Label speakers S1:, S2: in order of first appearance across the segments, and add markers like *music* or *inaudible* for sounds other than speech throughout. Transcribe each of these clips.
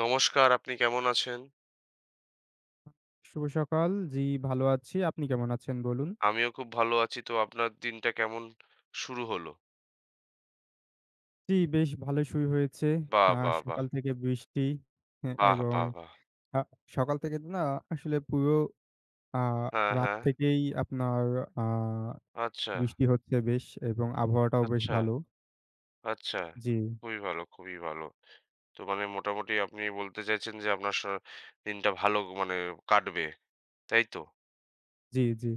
S1: নমস্কার, আপনি কেমন আছেন?
S2: শুভ সকাল। জি, ভালো আছি। আপনি কেমন আছেন বলুন?
S1: আমিও খুব ভালো আছি। তো আপনার দিনটা কেমন শুরু হলো?
S2: জি, বেশ ভালো শুরু হয়েছে।
S1: বাহ!
S2: আ
S1: বাহ! বাহ!
S2: সকাল থেকে বৃষ্টি। হ্যাঁ,
S1: বাহ!
S2: এবং
S1: বাহ! বাহ!
S2: আ সকাল থেকে তো না, আসলে পুরো আ
S1: হ্যাঁ,
S2: রাত
S1: হ্যাঁ।
S2: থেকেই আপনার আ
S1: আচ্ছা,
S2: বৃষ্টি হচ্ছে বেশ, এবং আবহাওয়াটাও বেশ
S1: আচ্ছা,
S2: ভালো।
S1: আচ্ছা।
S2: জি,
S1: খুবই ভালো, খুবই ভালো। তো মানে মোটামুটি আপনি বলতে চাইছেন যে আপনার দিনটা ভালো মানে কাটবে, তাই তো?
S2: জি, জি।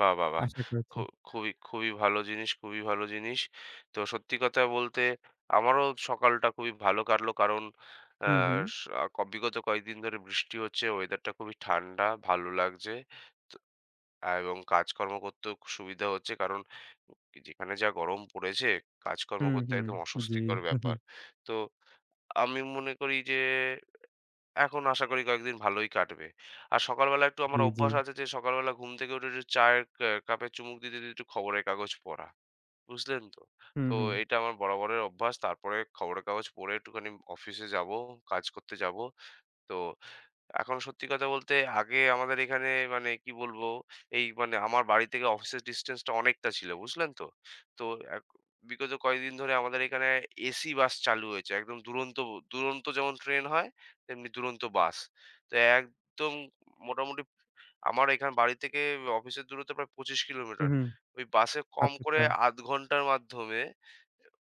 S1: বাহ! বাহ! বাহ!
S2: আশা
S1: খু
S2: করছি।
S1: খুবই, খুবই ভালো জিনিস, খুবই ভালো জিনিস। তো সত্যি কথা বলতে আমারও সকালটা খুবই ভালো কাটলো। কারণ আ
S2: হুম, হুম।
S1: স আ, ক বিগত কয়েকদিন ধরে বৃষ্টি হচ্ছে। ওয়েদারটা খুবই ঠান্ডা, ভালো লাগছে। তো এবং কাজকর্ম করতেও খুব সুবিধা হচ্ছে। কারণ যেখানে যা গরম পড়েছে, কাজকর্ম
S2: হুম,
S1: করতে
S2: হুম।
S1: একদম
S2: জি।
S1: অস্বস্তিকর
S2: হুম,
S1: ব্যাপার।
S2: হুম,
S1: তো আমি মনে করি যে এখন আশা করি কয়েকদিন ভালোই কাটবে। আর সকালবেলা একটু আমার
S2: জি, জি।
S1: অভ্যাস আছে যে সকালবেলা ঘুম থেকে উঠে একটু চায়ের কাপে চুমুক দিতে একটু খবরের কাগজ পড়া। বুঝলেন তো?
S2: হুম,
S1: তো
S2: হুম।
S1: এটা আমার বরাবরের অভ্যাস। তারপরে খবরের কাগজ পড়ে একটুখানি অফিসে যাবো, কাজ করতে যাবো। তো এখন সত্যি কথা বলতে আগে আমাদের এখানে মানে কি বলবো এই মানে আমার বাড়ি থেকে অফিসের ডিসটেন্সটা অনেকটা ছিল বুঝলেন তো। তো এক- বিগত কয়েকদিন ধরে আমাদের এখানে এসি বাস চালু হয়েছে একদম দুরন্ত, দুরন্ত যেমন ট্রেন হয় তেমনি দুরন্ত বাস। তো একদম মোটামুটি আমার এখান বাড়ি থেকে অফিসের দূরত্ব প্রায় ২৫ কিলোমিটার।
S2: হুম, হুম।
S1: ওই বাসে কম
S2: আচ্ছা,
S1: করে
S2: আচ্ছা।
S1: আধ ঘন্টার মাধ্যমে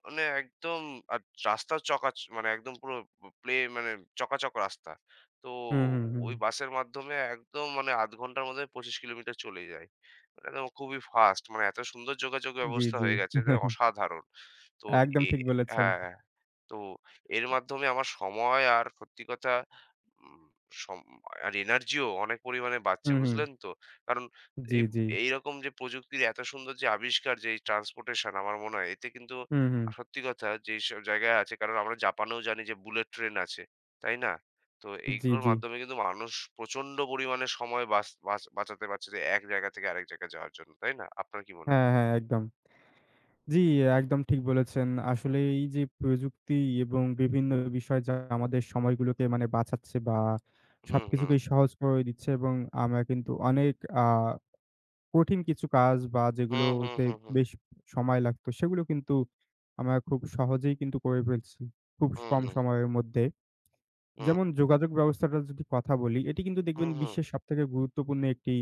S1: মানে একদম, আর রাস্তা মানে একদম পুরো মানে চকাচক রাস্তা। তো
S2: হুম, হুম, হুম।
S1: ওই বাসের মাধ্যমে একদম মানে ০.৫ ঘন্টার মধ্যে ২৫ কিলোমিটার চলে যাই। মানে একদম খুবই ফাস্ট, মানে এত সুন্দর যোগাযোগ
S2: জি,
S1: ব্যবস্থা
S2: জি।
S1: হয়ে গেছে যে অসাধারণ। তো
S2: একদম
S1: এ
S2: ঠিক বলেছেন।
S1: হ্যাঁ। তো এর মাধ্যমে আমার সময় আর সত্যি কথা উম সম আর এনার্জিও অনেক পরিমাণে বাঁচছে,
S2: হুম, হুম।
S1: বুঝলেন তো? কারণ
S2: জি,
S1: এই
S2: জি।
S1: এইরকম যে প্রযুক্তির এত সুন্দর যে আবিষ্কার যে এই ট্রান্সপোর্টেশন আমার মনে হয় এতে কিন্তু,
S2: হুম, হুম।
S1: সত্যি কথা যেইসব জায়গায় আছে কারণ আমরা জাপানেও জানি যে বুলেট ট্রেন আছে, তাই না? তো
S2: জি,
S1: এইগুলোর
S2: জি।
S1: মাধ্যমে কিন্তু মানুষ প্রচন্ড পরিমাণে সময় বাঁচ বাঁচ বাঁচাতে পারছে যে এক জায়গা থেকে আরেক জায়গায় যাওয়ার জন্য, তাই না? আপনার কি মনে হয়?
S2: হ্যাঁ, হ্যাঁ, একদম। জি, একদম ঠিক বলেছেন। আসলে এই যে প্রযুক্তি এবং বিভিন্ন বিষয় যা আমাদের সময়গুলোকে মানে বাঁচাচ্ছে বা
S1: হুম, হুম।
S2: সবকিছুকেই সহজ করে দিচ্ছে, এবং আমরা কিন্তু অনেক আ কঠিন কিছু কাজ বা
S1: হুম, হুম,
S2: যেগুলোতে
S1: হুম, হুম।
S2: বেশ সময় লাগতো সেগুলো কিন্তু আমরা খুব সহজেই কিন্তু করে ফেলছি, খুব
S1: হুম,
S2: কম
S1: হুম।
S2: সময়ের মধ্যে।
S1: হুম।
S2: যেমন যোগাযোগ ব্যবস্থাটার যদি কথা বলি, এটি কিন্তু দেখবেন
S1: হুম, হুম।
S2: বিশ্বের সবথেকে গুরুত্বপূর্ণ একটি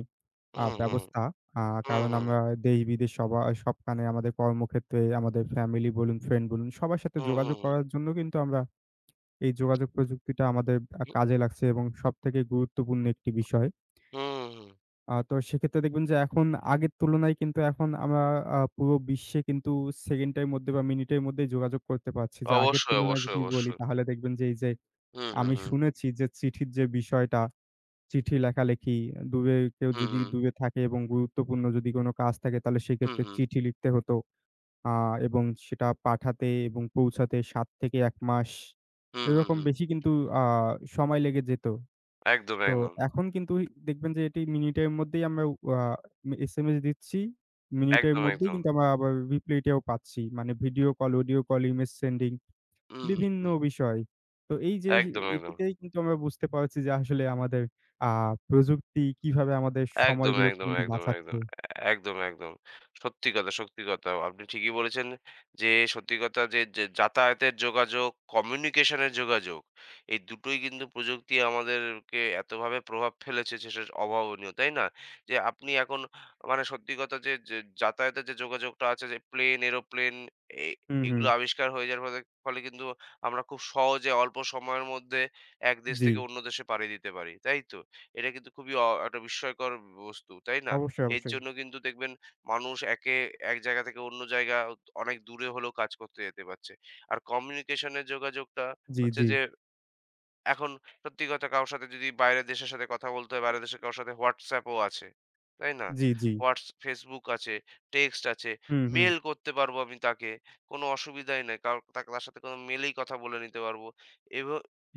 S1: হুম, হুম।
S2: ব্যবস্থা। আ
S1: হুম,
S2: কারণ
S1: হুম,
S2: আমরা দেশ-বিদেশ সবখানে আমাদের কর্মক্ষেত্রে, আমাদের ফ্যামিলি বলুন, ফ্রেন্ড বলুন, সবার সাথে
S1: হুম, হুম,
S2: যোগাযোগ
S1: হুম,
S2: করার জন্য কিন্তু আমরা এই যোগাযোগ প্রযুক্তিটা আমাদের
S1: হু,
S2: কাজে লাগছে এবং সবথেকে গুরুত্বপূর্ণ একটি বিষয়।
S1: হুম, হুম।
S2: তো সেক্ষেত্রে দেখবেন যে এখন আগের তুলনায় কিন্তু এখন আমরা পুরো বিশ্বে কিন্তু সেকেন্ডের মধ্যে বা মিনিটের মধ্যেই যোগাযোগ করতে পারছি। যে আগের
S1: অবশ্যই,
S2: তুলনায়
S1: অবশ্যই,
S2: যদি বলি
S1: অবশ্যই।
S2: তাহলে দেখবেন যে এই যে
S1: হুম, হুম,
S2: আমি
S1: হুম,
S2: শুনেছি যে চিঠির যে বিষয়টা, চিঠি লেখালেখি, দূরে কেউ
S1: হুম,
S2: যদি
S1: হুম,
S2: দূরে থাকে এবং গুরুত্বপূর্ণ যদি কোনো কাজ থাকে তাহলে
S1: হুম,
S2: সেক্ষেত্রে
S1: হুম,
S2: চিঠি লিখতে হতো। আ এবং সেটা পাঠাতে এবং পৌঁছাতে ৭ থেকে ১ মাস
S1: হুম, হুম,
S2: এরকম
S1: হুম।
S2: বেশি কিন্তু আ সময় লেগে যেত।
S1: একদম,
S2: তো
S1: একদম।
S2: এখন কিন্তু দেখবেন যে এটি মিনিটের মধ্যেই আমরা আ এসএমএস দিচ্ছি। মিনিটের
S1: একদম,
S2: মধ্যেই
S1: একদম।
S2: কিন্তু আমরা আবার রিপ্লাইটাও পাচ্ছি। মানে video call, audio call, image sending
S1: হুম,
S2: বিভিন্ন
S1: হুম।
S2: বিষয়। তো এই যে
S1: একদম, একদম।
S2: এটাতেই কিন্তু আমরা বুঝতে পারছি যে আসলে আমাদের আ প্রযুক্তি কিভাবে আমাদের
S1: একদম,
S2: সময়গুলোকে
S1: একদম,
S2: কিন্তু
S1: একদম, একদম,
S2: বাঁচাচ্ছে।
S1: একদম, একদম। সত্যি কথা, সত্যি কথা। আপনি ঠিকই বলেছেন যে সত্যি কথা যে যে যাতায়াতের যোগাযোগ, কমিউনিকেশন এর যোগাযোগ এই দুটোই কিন্তু প্রযুক্তি আমাদেরকে এতভাবে প্রভাব ফেলেছে যে সেটা অভাবনীয়, তাই না? যে আপনি এখন মানে সত্যি কথা যে যে যাতায়াতের যে যোগাযোগটা আছে যে প্লেন, এরোপ্লেন, এ
S2: হুম, হুম।
S1: এগুলো আবিষ্কার হয়ে যাওয়ার ফলে ফলে কিন্তু আমরা খুব সহজে অল্প সময়ের মধ্যে এক দেশ
S2: জি।
S1: থেকে অন্য দেশে পাড়ি দিতে পারি, তাই তো? এটা কিন্তু খুবই একটা বিস্ময়কর বস্তু, তাই না?
S2: অবশ্যই,
S1: এর
S2: অবশ্যই।
S1: জন্য কিন্তু দেখবেন মানুষ একে এক জায়গা থেকে অন্য জায়গা অনেক দূরে হলেও কাজ করতে যেতে পারছে। আর কমিউনিকেশনের যোগাযোগটা
S2: জি,
S1: হচ্ছে
S2: জি।
S1: যে এখন সত্যি কথা কারো সাথে যদি বাইরের দেশের সাথে কথা বলতে হয়, বাইরের দেশের কারো সাথে WhatsApp ও আছে, তাই না?
S2: জি, জি।
S1: Facebook আছে, টেক্সট আছে,
S2: হুম, হুম।
S1: মেইল করতে পারবো আমি তাকে। কোনো অসুবিধাই নাই। কারো তার সাথে কোনো মেইলেই কথা বলে নিতে পারবো। এভ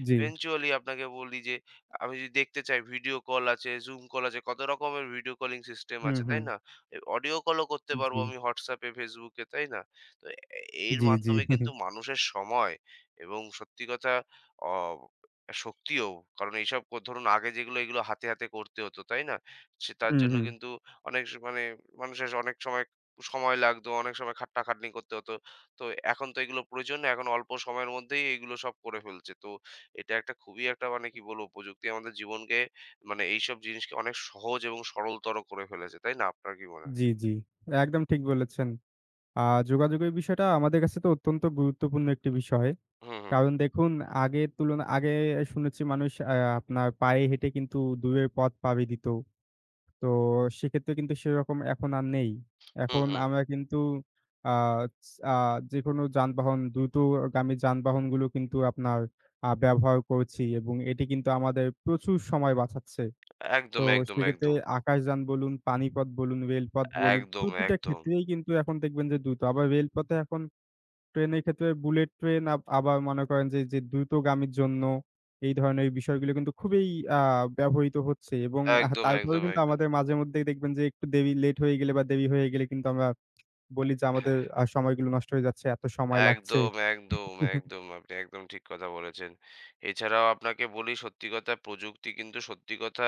S2: জি।
S1: eventually আপনাকে বলি যে আমি যদি দেখতে চাই ভিডিও কল আছে, Zoom কল আছে, কত রকমের ভিডিও কলিং সিস্টেম
S2: হুম,
S1: আছে, তাই
S2: হুম।
S1: না? অডিও কলও করতে পারবো
S2: জি।
S1: আমি WhatsApp এ, Facebook এ, তাই না? তো এ এর
S2: জি, জি।
S1: মাধ্যমে কিন্তু
S2: *laughs*
S1: মানুষের সময় এবং সত্যি কথা অ শক্তিও, কারণ এইসব ধরুন আগে যেগুলো এগুলো হাতে, হাতে করতে হতো, তাই না? সে তার
S2: হুম,
S1: জন্য
S2: হুম।
S1: কিন্তু অনেক মানে মানুষের অনেক সময় সময় লাগতো, অনেক সময় খাট্টাখাটনি করতে হতো। তো এখন তো এগুলো প্রয়োজন না, এখন অল্প সময়ের মধ্যেই এগুলো সব করে ফেলছে। তো এটা একটা খুবই একটা মানে কি বলবো প্রযুক্তি আমাদের জীবনকে মানে এইসব জিনিসকে অনেক সহজ এবং সরলতর করে ফেলেছে। তাই না? আপনার কি মনে হয়?
S2: জি, জি। একদম ঠিক বলেছেন। আ যোগাযোগের বিষয়টা আমাদের কাছে তো অত্যন্ত গুরুত্বপূর্ণ একটি বিষয়।
S1: হুম, হুম,
S2: কারণ দেখুন আগে শুনেছি মানুষ আপনার পায়ে হেঁটে কিন্তু দূরের পথ পাড়ি দিত। তো সেক্ষেত্রে কিন্তু সেরকম এখন আর নেই।
S1: হুম,
S2: এখন
S1: হুম।
S2: আমরা কিন্তু আ চ আ যেকোনো যানবাহন দ্রুতগামী যানবাহনগুলো কিন্তু আপনার ব্যবহার করছি এবং এটি কিন্তু আমাদের প্রচুর সময় বাঁচাচ্ছে। তো
S1: একদম, একদম,
S2: সেক্ষেত্রে
S1: একদম।
S2: আকাশযান বলুন, পানিপথ বলুন, রেলপথ বলুন
S1: একদম,
S2: প্রতিটা
S1: একদম।
S2: ক্ষেত্রেই কিন্তু এখন দেখবেন যে দ্রুত। আবার রেলপথে এখন ট্রেনের ক্ষেত্রে বুলেট ট্রেন আবার মনে করেন যে, যে দ্রুতগামীর জন্য এই ধরনের বিষয়গুলো কিন্তু খুবই আ ব্যবহৃত হচ্ছে, এবং
S1: একদম,
S2: তারপরেও
S1: একদম,
S2: কিন্তু
S1: একদম।
S2: আমাদের মাঝেমধ্যেই দেখবেন যে একটু দেরি লেট হয়ে গেলে বা দেরি হয়ে গেলে কিন্তু আমরা বলি যে আমাদের
S1: হ্যাঁ।
S2: সময়গুলো নষ্ট হয়ে যাচ্ছে, এত সময় লাগছে।
S1: একদম, একদম,
S2: *laughs*
S1: একদম। আপনি একদম ঠিক কথা বলেছেন। এছাড়াও আপনাকে বলি সত্যি কথা প্রযুক্তি কিন্তু সত্যি কথা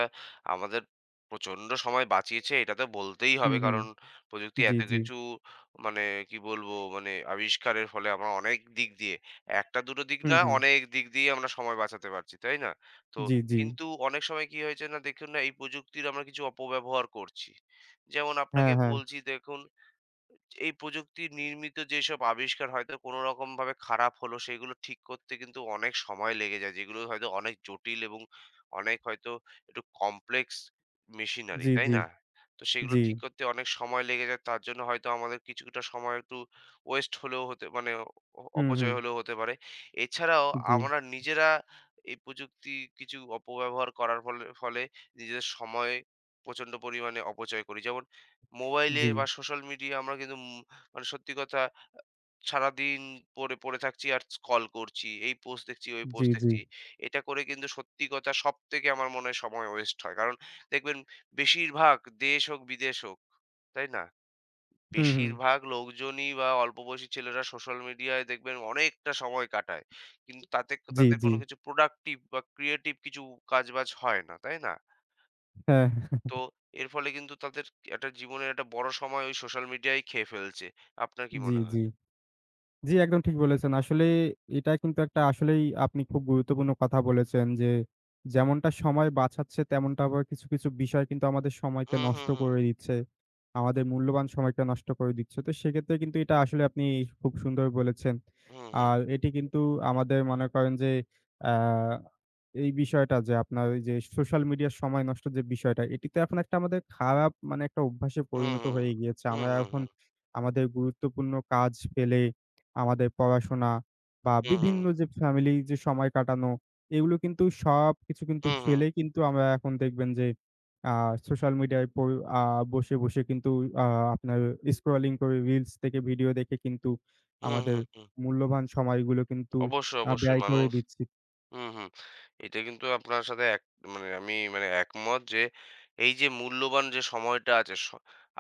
S1: আমাদের প্রচণ্ড সময় বাঁচিয়েছে, এটা তো বলতেই হবে।
S2: হুম, হুম।
S1: কারণ প্রযুক্তি
S2: জি,
S1: এত
S2: জি।
S1: কিছু মানে কি বলবো মানে আবিষ্কারের ফলে আমরা অনেক দিক দিয়ে একটা দুটো দিক
S2: হুম,
S1: না
S2: হুম।
S1: অনেক দিক দিয়ে আমরা সময় বাঁচাতে পারছি, তাই না? তো
S2: জি, জি।
S1: কিন্তু অনেক সময় কি হয়েছে না দেখুন না এই প্রযুক্তির আমরা কিছু অপব্যবহার করছি। যেমন আপনাকে
S2: হ্যাঁ, হ্যাঁ।
S1: বলছি দেখুন এই প্রযুক্তি নির্মিত যেসব আবিষ্কার হয়তো কোনো রকমভাবে খারাপ হলো, সেগুলো ঠিক করতে কিন্তু অনেক সময় লেগে যায়। যেগুলো হয়তো অনেক জটিল এবং অনেক হয়তো একটু কমপ্লেক্স মেশিনারি,
S2: জি,
S1: তাই
S2: জি,
S1: না? তো সেগুলো
S2: জি।
S1: ঠিক করতে অনেক সময় লেগে যায়। তার জন্য হয়তো আমাদের কিছুটা সময় একটু ওয়েস্ট হলেও হতে মানে
S2: হুম,
S1: অপচয়
S2: হুম।
S1: হলেও হতে পারে। এছাড়াও
S2: জি,
S1: আমরা নিজেরা এই প্রযুক্তি কিছু অপব্যবহার করার ফলে ফলে নিজেদের সময় প্রচণ্ড পরিমাণে অপচয় করি। যেমন মোবাইলে
S2: জি,
S1: বা সোশ্যাল মিডিয়া আমরা কিন্তু মানে সত্যি কথা সারাদিন পড়ে পড়ে থাকছি আর স্ক্রল করছি। এই পোস্ট দেখছি, ওই
S2: জি,
S1: পোস্ট
S2: জি।
S1: দেখছি। এটা করে কিন্তু সত্যি কথা সবথেকে আমার মনে হয় সময় ওয়েস্ট হয়। কারণ দেখবেন বেশিরভাগ দেশ হোক, বিদেশ হোক, তাই না?
S2: হুম, হুম।
S1: বেশিরভাগ লোকজনই বা অল্প বয়সী ছেলেরা সোশ্যাল মিডিয়ায় দেখবেন অনেকটা সময় কাটায়। কিন্তু তাতে
S2: জি,
S1: তাদের
S2: জি।
S1: কোনো কিছু প্রোডাক্টিভ বা ক্রিয়েটিভ কিছু কাজবাজ হয় না, তাই না?
S2: হ্যাঁ। *laughs*
S1: তো এর ফলে কিন্তু তাদের একটা জীবনের একটা বড় সময় ওই সোশ্যাল মিডিয়াই খেয়ে ফেলছে। আপনার কি
S2: জি,
S1: মনে হয়?
S2: জি। জি, একদম ঠিক বলেছেন। আসলে এটা কিন্তু একটা আসলেই আপনি খুব গুরুত্বপূর্ণ কথা বলেছেন যে, যেমনটা সময় বাঁচাচ্ছে তেমনটা আবার কিছু, কিছু বিষয় কিন্তু আমাদের সময়কে
S1: হুম, হুম,
S2: নষ্ট
S1: হুম,
S2: করে দিচ্ছে। আমাদের মূল্যবান সময়কে নষ্ট করে দিচ্ছে। তো সেক্ষেত্রে কিন্তু এটা আসলে আপনি খুব সুন্দর বলেছেন।
S1: হুম, হুম,
S2: আর এটি কিন্তু আমাদের মনে করেন যে আ এই বিষয়টা যে আপনার ওই যে সোশ্যাল মিডিয়ার সময় নষ্ট যে বিষয়টা, এটি তো এখন একটা আমাদের খারাপ মানে একটা অভ্যাসে
S1: হুম,
S2: পরিণত হয়ে গিয়েছে।
S1: হুম,
S2: আমরা
S1: হুম,
S2: এখন
S1: হুম,
S2: আমাদের গুরুত্বপূর্ণ কাজ পেলে আমাদের পড়াশোনা বা
S1: হুম, হুম, হুম,
S2: বিভিন্ন যে ফ্যামিলি যে সময় কাটানো, এগুলো কিন্তু সবকিছু কিন্তু
S1: হুম, হুম,
S2: ফেলে কিন্তু আমরা এখন দেখবেন যে আ সোশ্যাল মিডিয়ায় পো আ বসে, বসে কিন্তু আ আপনার স্ক্রলিং করে রিলস থেকে ভিডিও দেখে কিন্তু
S1: হুম,
S2: আমাদের
S1: হুম, হুম,
S2: মূল্যবান সময়গুলো কিন্তু
S1: অবশ্যই, অবশ্যই
S2: ব্যয় করে
S1: মানুষ।
S2: দিচ্ছি।
S1: হুম, হুম। এটা কিন্তু আপনার সাথে মানে আমি মানে একমত যে এই যে মূল্যবান যে সময়টা আছে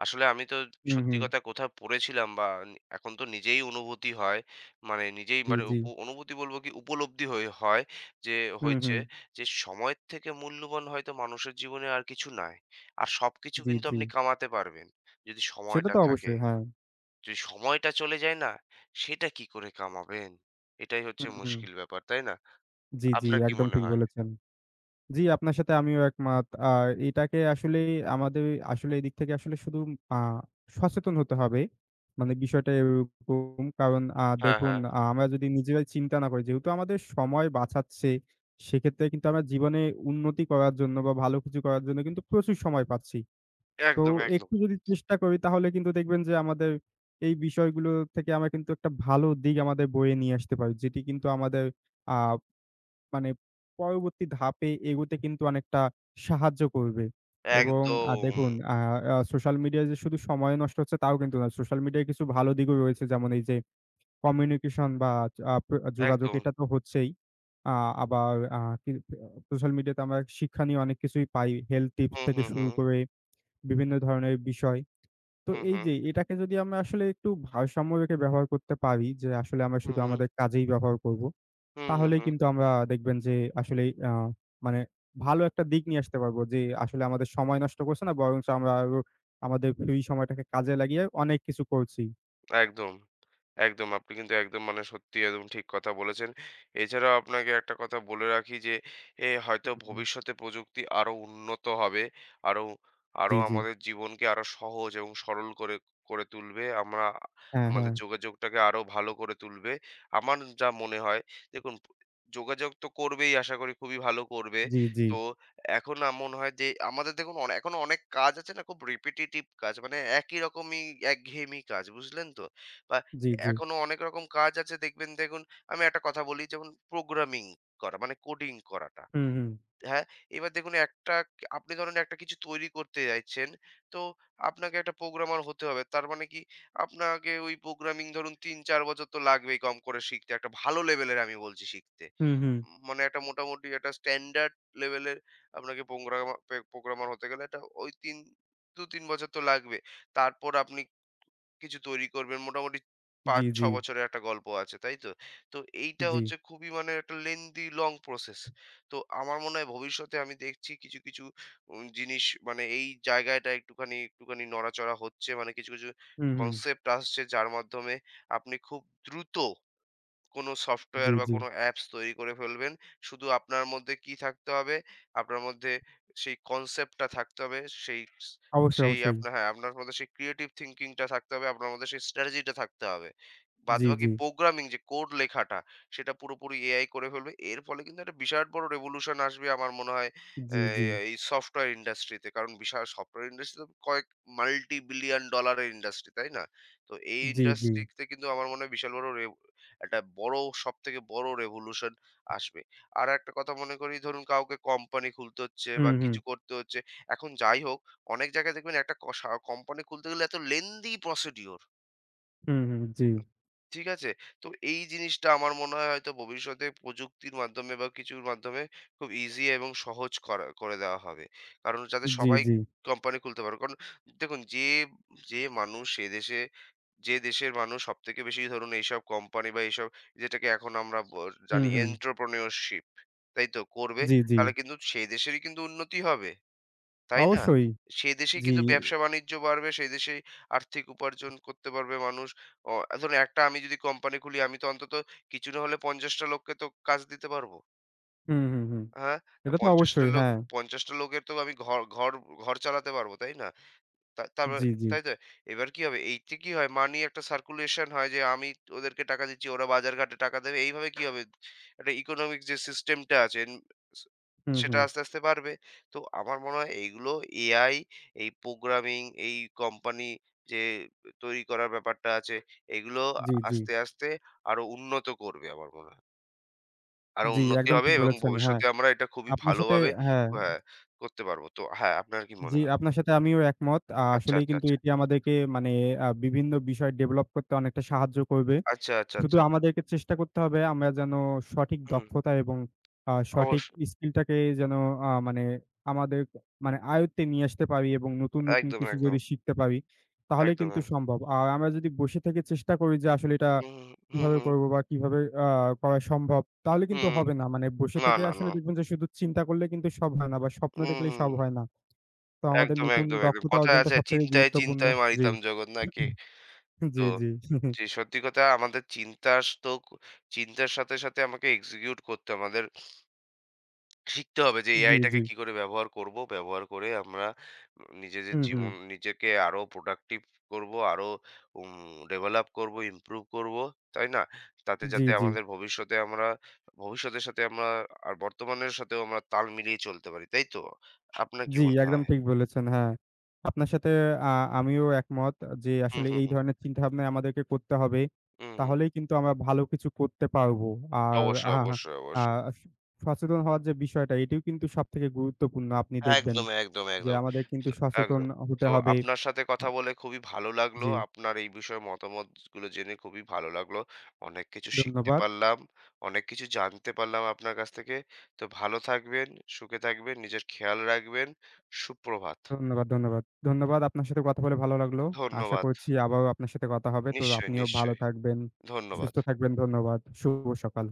S1: আসলে আমি তো
S2: হুম,
S1: সত্যি
S2: হুম।
S1: কথা কোথায় পড়েছিলাম বা এখন তো নিজেই অনুভূতি হয়। মানে নিজেই
S2: জি,
S1: মানে
S2: জি।
S1: অনুভূতি বলব কি উপলব্ধি হই হয় যে
S2: হুম,
S1: হয়েছে
S2: হুম।
S1: যে সময়ের থেকে মূল্যবান হয়তো মানুষের জীবনে আর কিছু নাই। আর সবকিছু
S2: জি,
S1: কিন্তু
S2: জি।
S1: আপনি কামাতে পারবেন। যদি
S2: সেটা
S1: সময়টা
S2: তো
S1: থাকে।
S2: অবশ্যই। হ্যাঁ।
S1: যদি সময়টা চলে যায় না, সেটা কি করে কামাবেন? এটাই হচ্ছে
S2: হুম, হুম।
S1: মুশকিল ব্যাপার, তাই না?
S2: জি, জি।
S1: আপনার কি
S2: একদম
S1: মনে
S2: ঠিক
S1: হয়?
S2: বলেছেন। জি, আপনার সাথে আমিও একমত। আর এটাকে আসলেই আমাদের আসলে এদিক থেকে আসলে শুধু আ সচেতন হতে হবে। মানে বিষয়টা এরকম। কারণ
S1: হ্যাঁ,
S2: দেখুন
S1: হ্যাঁ।
S2: আমরা যদি নিজেরাই চিন্তা না করি, যেহেতু আমাদের সময় বাঁচাচ্ছে, সেক্ষেত্রে কিন্তু আমরা জীবনে উন্নতি করার জন্য বা ভালো কিছু করার জন্য কিন্তু প্রচুর সময় পাচ্ছি। তো
S1: একদম, একদম।
S2: একটু যদি চেষ্টা করি তাহলে কিন্তু দেখবেন যে আমাদের এই বিষয়গুলো থেকে আমরা কিন্তু একটা ভালো দিক আমাদের বয়ে নিয়ে আসতে পারি। যেটি কিন্তু আমাদের আ মানে পরবর্তী ধাপে এগোতে কিন্তু অনেকটা সাহায্য করবে। এবং
S1: একদম,
S2: দেখুন আ আ সোশ্যাল মিডিয়ায় যে শুধু সময় নষ্ট হচ্ছে তাও কিন্তু না। সোশ্যাল মিডিয়ায় কিছু ভালো দিকও রয়েছে। যেমন এই যে কমিউনিকেশন বা আ প্র যোগাযোগ
S1: একদম।
S2: এটা তো হচ্ছেই। আ আবার আ কি সোশ্যাল মিডিয়াতে আমরা শিক্ষা নিয়ে অনেক কিছুই পাই। হেলথ টিপস
S1: হুম,
S2: থেকে
S1: হুম,
S2: শুরু
S1: হুম।
S2: করে বিভিন্ন ধরনের বিষয়। তো
S1: হুম,
S2: এই
S1: হুম।
S2: যে এটাকে যদি আমরা আসলে একটু ভারসাম্য রেখে ব্যবহার করতে পারি যে আসলে আমরা
S1: হুম,
S2: শুধু
S1: হুম।
S2: আমাদের কাজেই ব্যবহার করব।
S1: হুম, হুম,
S2: তাহলেই
S1: হুম।
S2: কিন্তু আমরা দেখবেন যে আসলেই মানে ভালো একটা দিক নিয়ে আসতে পারবো যে আসলে আমাদের সময় নষ্ট করছে না বরঞ্চ আমরা আরো আমাদের ফ্রি সময়টাকে কাজে লাগিয়ে অনেক কিছু করছি।
S1: একদম, একদম। আপনি কিন্তু একদম মানে সত্যি একদম ঠিক কথা বলেছেন। এছাড়াও আপনাকে একটা কথা বলে রাখি যে হয়তো
S2: হুম, হুম।
S1: ভবিষ্যতে প্রযুক্তি আরো উন্নত হবে। আরো, আরো
S2: জি, জি।
S1: আমাদের জীবনকে আরো সহজ এবং সরল করে করে তুলবে। আমরা
S2: হ্যাঁ, হ্যাঁ।
S1: আমাদের যোগাযোগটাকে আরো ভালো করে তুলবে। আমার যা মনে হয় দেখুন যোগাযোগ তো করবেই আশা করি খুবই ভালো করবে।
S2: জি, জি।
S1: তো এখন না মনে হয় যে আমাদের দেখুন এখনো অনেক কাজ আছে না, খুব রিপিটিটিভ কাজ। মানে একই রকমই একঘেয়েমি কাজ, বুঝলেন তো? বা
S2: জি, জি।
S1: এখনো অনেক রকম কাজ আছে দেখবেন দেখুন আমি একটা কথা বলি যেমন প্রোগ্রামিং করা মানে কোডিং করাটা।
S2: হুম, হুম।
S1: হ্যাঁ? এবার দেখুন একটা কি- আপনি ধরেন একটা কিছু তৈরি করতে চাইছেন, তো আপনাকে একটা প্রোগ্রামার হতে হবে। তার মানে কি আপনাকে ওই প্রোগ্রামিং ধরুন ৩-৪ বছর তো লাগবেই কম করে শিখতে। একটা ভালো লেভেলের আমি বলছি শিখতে।
S2: হুম, হুম।
S1: মানে একটা মোটামুটি একটা স্ট্যান্ডার্ড লেভেলের আপনাকে প্রোগ্রামার প্রোগ্রামার হতে গেলে এটা ওই ৩ ২-৩ বছর তো লাগবে। তারপর আপনি কিছু তৈরি করবেন। মোটামুটি
S2: জি, জি।
S1: ৫-৬ বছরের একটা গল্প আছে, তাই তো? তো এইটা
S2: জি।
S1: হচ্ছে খুবই মানে একটা lengthy long process. তো আমার মনে হয় ভবিষ্যতে আমি দেখছি কিছু, কিছু জিনিস মানে এই জায়গাটা একটুখানি, একটুখানি নড়াচড়া হচ্ছে। মানে কিছু, কিছু
S2: হুম, হুম।
S1: কনসেপ্ট আসছে যার মাধ্যমে আপনি খুব দ্রুত কোনো সফটওয়্যার
S2: জি,
S1: বা
S2: জি।
S1: কোনো অ্যাপস তৈরি করে ফেলবেন। শুধু আপনার মধ্যে কি থাকতে হবে? আপনার মধ্যে সেই কনসেপ্টটা থাকতে হবে। সেই স
S2: অবশ্যই,
S1: সেই
S2: অবশ্যই।
S1: আপনার হ্যাঁ, আপনার মধ্যে সেই ক্রিয়েটিভ থিংকিং টা থাকতে হবে। আপনার মধ্যে সেই স্ট্র্যাটেজিটা থাকতে হবে।
S2: জি,
S1: বাদবাকি
S2: জি।
S1: প্রোগ্রামিং যে কোড লেখাটা, সেটা পুরোপুরি এআই করে ফেলবে। এর ফলে কিন্তু একটা বিরাট বড় রেভোলিউশন আসবে আমার মনে হয়,
S2: জি,
S1: অ্যা
S2: জি।
S1: এই সফটওয়্যার ইন্ডাস্ট্রিতে। কারণ বিশাল সফটওয়্যার ইন্ডাস্ট্রি তো কয়েক মাল্টি বিলিয়ন ডলারের ইন্ডাস্ট্রি, তাই না? তো এই
S2: জি, জি।
S1: ইন্ডাস্ট্রিতে কিন্তু আমার মনে হয় বিশাল বড় একটা বড় সবথেকে বড় রেভোলিউশন আসবে। আরেকটা কথা মনে করি ধরুন কাউকে কোম্পানি খুলতে হচ্ছে বা
S2: হুম, হুম।
S1: কিছু করতে হচ্ছে। এখন যাই হোক অনেক জায়গায় দেখবেন একটা ক সা কোম্পানি খুলতে গেলে এত লেনদি প্রসিডিউর।
S2: হুম, হুম। জি।
S1: ঠিক আছে? তো এই জিনিসটা আমার মনে হয় হয়তো ভবিষ্যতে প্রযুক্তির মাধ্যমে বা কিছুর মাধ্যমে খুব ইজি এবং সহজ করা করে দেওয়া হবে। কারণ যাতে
S2: জি,
S1: সবাই
S2: জি।
S1: কোম্পানি খুলতে পারবে। কারণ দেখুন যে, মানুষ সে দেশে যে দেশের মানুষ সবথেকে বেশি ধরুন এইসব কোম্পানি বা এইসব যেটাকে এখন আমরা
S2: হুম,
S1: জানি
S2: হুম।
S1: entrepreneurship, তাই তো? করবে
S2: জি, জি।
S1: তাহলে কিন্তু সেই দেশেরই কিন্তু উন্নতি হবে। তাই না?
S2: অবশ্যই।
S1: সেই দেশেই
S2: জি।
S1: কিন্তু ব্যবসা-বাণিজ্য বাড়বে, সেই দেশেই আর্থিক উপার্জন করতে পারবে মানুষ। অ ধরুন একটা আমি যদি কোম্পানি খুলি, আমি তো অন্তত কিছু না হলে ৫০ টা লোককে তো কাজ দিতে পারব।
S2: হুম, হুম, হুম।
S1: হ্যাঁ?
S2: এটা তো
S1: ৫০ টা
S2: অবশ্যই,
S1: লোক,
S2: হ্যাঁ।
S1: ৫০ টা লোকের তো আমি ঘর ঘর ঘর চালাতে পারব, তাই না? তারপর
S2: জি, জি।
S1: তাই তো? এবার কি হবে? এইতে কি হয়? মানি একটা সার্কুলেশন হয় যে আমি ওদেরকে টাকা দিচ্ছি, ওরা বাজারঘাটে টাকা দেবে। এইভাবে কি হবে? একটা ইকোনমিক যে সিস্টেমটা আছে এন সে
S2: হুম,
S1: সেটা
S2: হুম।
S1: আস্তে, আস্তে বাড়বে। তো আমার মনে হয় এইগুলো এআই, এই প্রোগ্রামিং, এই কোম্পানি যে তৈরি করার ব্যাপারটা আছে, এগুলো
S2: জি, জি।
S1: আস্তে, আস্তে আরো উন্নত করবে আমার মনে হয়। আরো
S2: জি,
S1: উন্নতি
S2: একদম
S1: হবে
S2: ঠিক
S1: এবং
S2: বলেছেন। হ্যাঁ,
S1: ভবিষ্যতে আমরা এটা খুবই
S2: আপনার সাথে
S1: ভালোভাবে
S2: হ্যাঁ,
S1: হ্যাঁ, করতে পারব। তো হ্যাঁ, আপনার কি
S2: জি,
S1: মনে হয়?
S2: আপনার সাথে আমিও একমত।
S1: আচ্ছা,
S2: আসলেই
S1: আচ্ছা,
S2: কিন্তু
S1: আচ্ছা।
S2: এটি আমাদেরকে মানে বিভিন্ন বিষয় ডেভেলপ করতে অনেকটা সাহায্য করবে।
S1: আচ্ছা, আচ্ছা,
S2: শুধু
S1: আচ্ছা।
S2: আমাদেরকে চেষ্টা করতে হবে আমরা যেন সঠিক
S1: হুম,
S2: দক্ষতা এবং সঠিক
S1: অবশ্যই।
S2: স্কিলটাকে যেন মানে আমাদের মানে আয়ত্তে নিয়ে আসতে পারি এবং নতুন, নতুন
S1: একদম,
S2: কিছু
S1: একদম,
S2: যদি শিখতে পারি
S1: একদম,
S2: তাহলে কিন্তু
S1: একদম।
S2: সম্ভব। আর আমরা যদি বসে থেকে চেষ্টা করি যে আসলে এটা
S1: হুম, হুম,
S2: কিভাবে
S1: হুম,
S2: করব বা কিভাবে আ করা সম্ভব তাহলে কিন্তু
S1: হুম, হুম।
S2: হবে না। মানে বসে
S1: না,
S2: থেকে
S1: না,
S2: আসলে
S1: না।
S2: দেখবেন যে শুধু চিন্তা করলে কিন্তু সব হয় না বা স্বপ্ন
S1: হুম,
S2: দেখলেই
S1: হুম।
S2: সব হয় না। তো আমাদের
S1: একদম,
S2: নতুন
S1: একদম, একদম।
S2: দক্ষতা
S1: কথায়
S2: অর্জনটা
S1: আছে
S2: সবথেকে
S1: চিন্তায়,
S2: গুরুত্বপূর্ণ।
S1: চিন্তায়
S2: জি।
S1: মারিতাম জগৎ নাকি? তো
S2: জি, জি। *laughs*
S1: যে সত্যি কথা আমাদের চিন্তার তো চিন্তার সাথে, সাথে আমাকে এক্সিকিউট করতে আমাদের শিখতে হবে যে
S2: জি,
S1: এআই টাকে
S2: জি।
S1: কি করে ব্যবহার করব। ব্যবহার করে আমরা নিজেদের
S2: হুম, হুম।
S1: জীবন নিজেকে আরো প্রোডাক্টিভ করব, আরো উম ডেভেলপ করব, ইমপ্রুভ করব। তাই না? তাতে
S2: জি,
S1: যাতে
S2: জি।
S1: আমাদের ভবিষ্যতে আমরা ভবিষ্যতের সাথে আমরা আর বর্তমানের সাথেও আমরা তাল মিলিয়ে চলতে পারি। তাই তো? আপনার কি
S2: জি,
S1: মনে
S2: একদম
S1: হয়?
S2: ঠিক বলেছেন। হ্যাঁ, আপনার সাথে আ আমিও একমত যে
S1: হুম,
S2: আসলে
S1: হুম,
S2: এই
S1: হুম।
S2: ধরনের চিন্তাভাবনা আমাদেরকে করতে হবে।
S1: হুম, হুম।
S2: তাহলেই কিন্তু আমরা ভালো কিছু করতে পারবো। আর
S1: অবশ্যই,
S2: আহা হা
S1: অবশ্যই,
S2: আ
S1: অবশ্যই।
S2: সচেতন হওয়ার যে বিষয়টা এটিও কিন্তু সবথেকে গুরুত্বপূর্ণ। আপনি দেখবেন
S1: একদম, একদম,
S2: যে
S1: একদম।
S2: আমাদের কিন্তু
S1: তো
S2: সচেতন
S1: একদম।
S2: হতে
S1: তো
S2: হবে।
S1: আপনার সাথে
S2: আ
S1: কথা বলে খুবই ভালো লাগলো।
S2: জি,
S1: আপনার এই বিষয়ে মতামতগুলো জেনে খুবই ভালো লাগলো। অনেক কিছু শিখতে
S2: ধন্যবাদ,
S1: পারলাম। অনেক কিছু জানতে পারলাম আপনার কাছ থেকে। তো ভালো থাকবেন, সুখে থাকবেন, নিজের খেয়াল রাখবেন। সুপ্রভাত।
S2: ধন্যবাদ, ধন্যবাদ। ধন্যবাদ আপনার সাথে কথা বলে ভালো লাগলো। আশা
S1: ধন্যবাদ।
S2: করছি আবারও আপনার সাথে কথা হবে। তো
S1: নিশ্চয়ই,
S2: আপনিও ভালো
S1: নিশ্চয়ই।
S2: থাকবেন,
S1: ধন্যবাদ।
S2: সুস্থ থাকবেন। ধন্যবাদ। শুভ সকাল।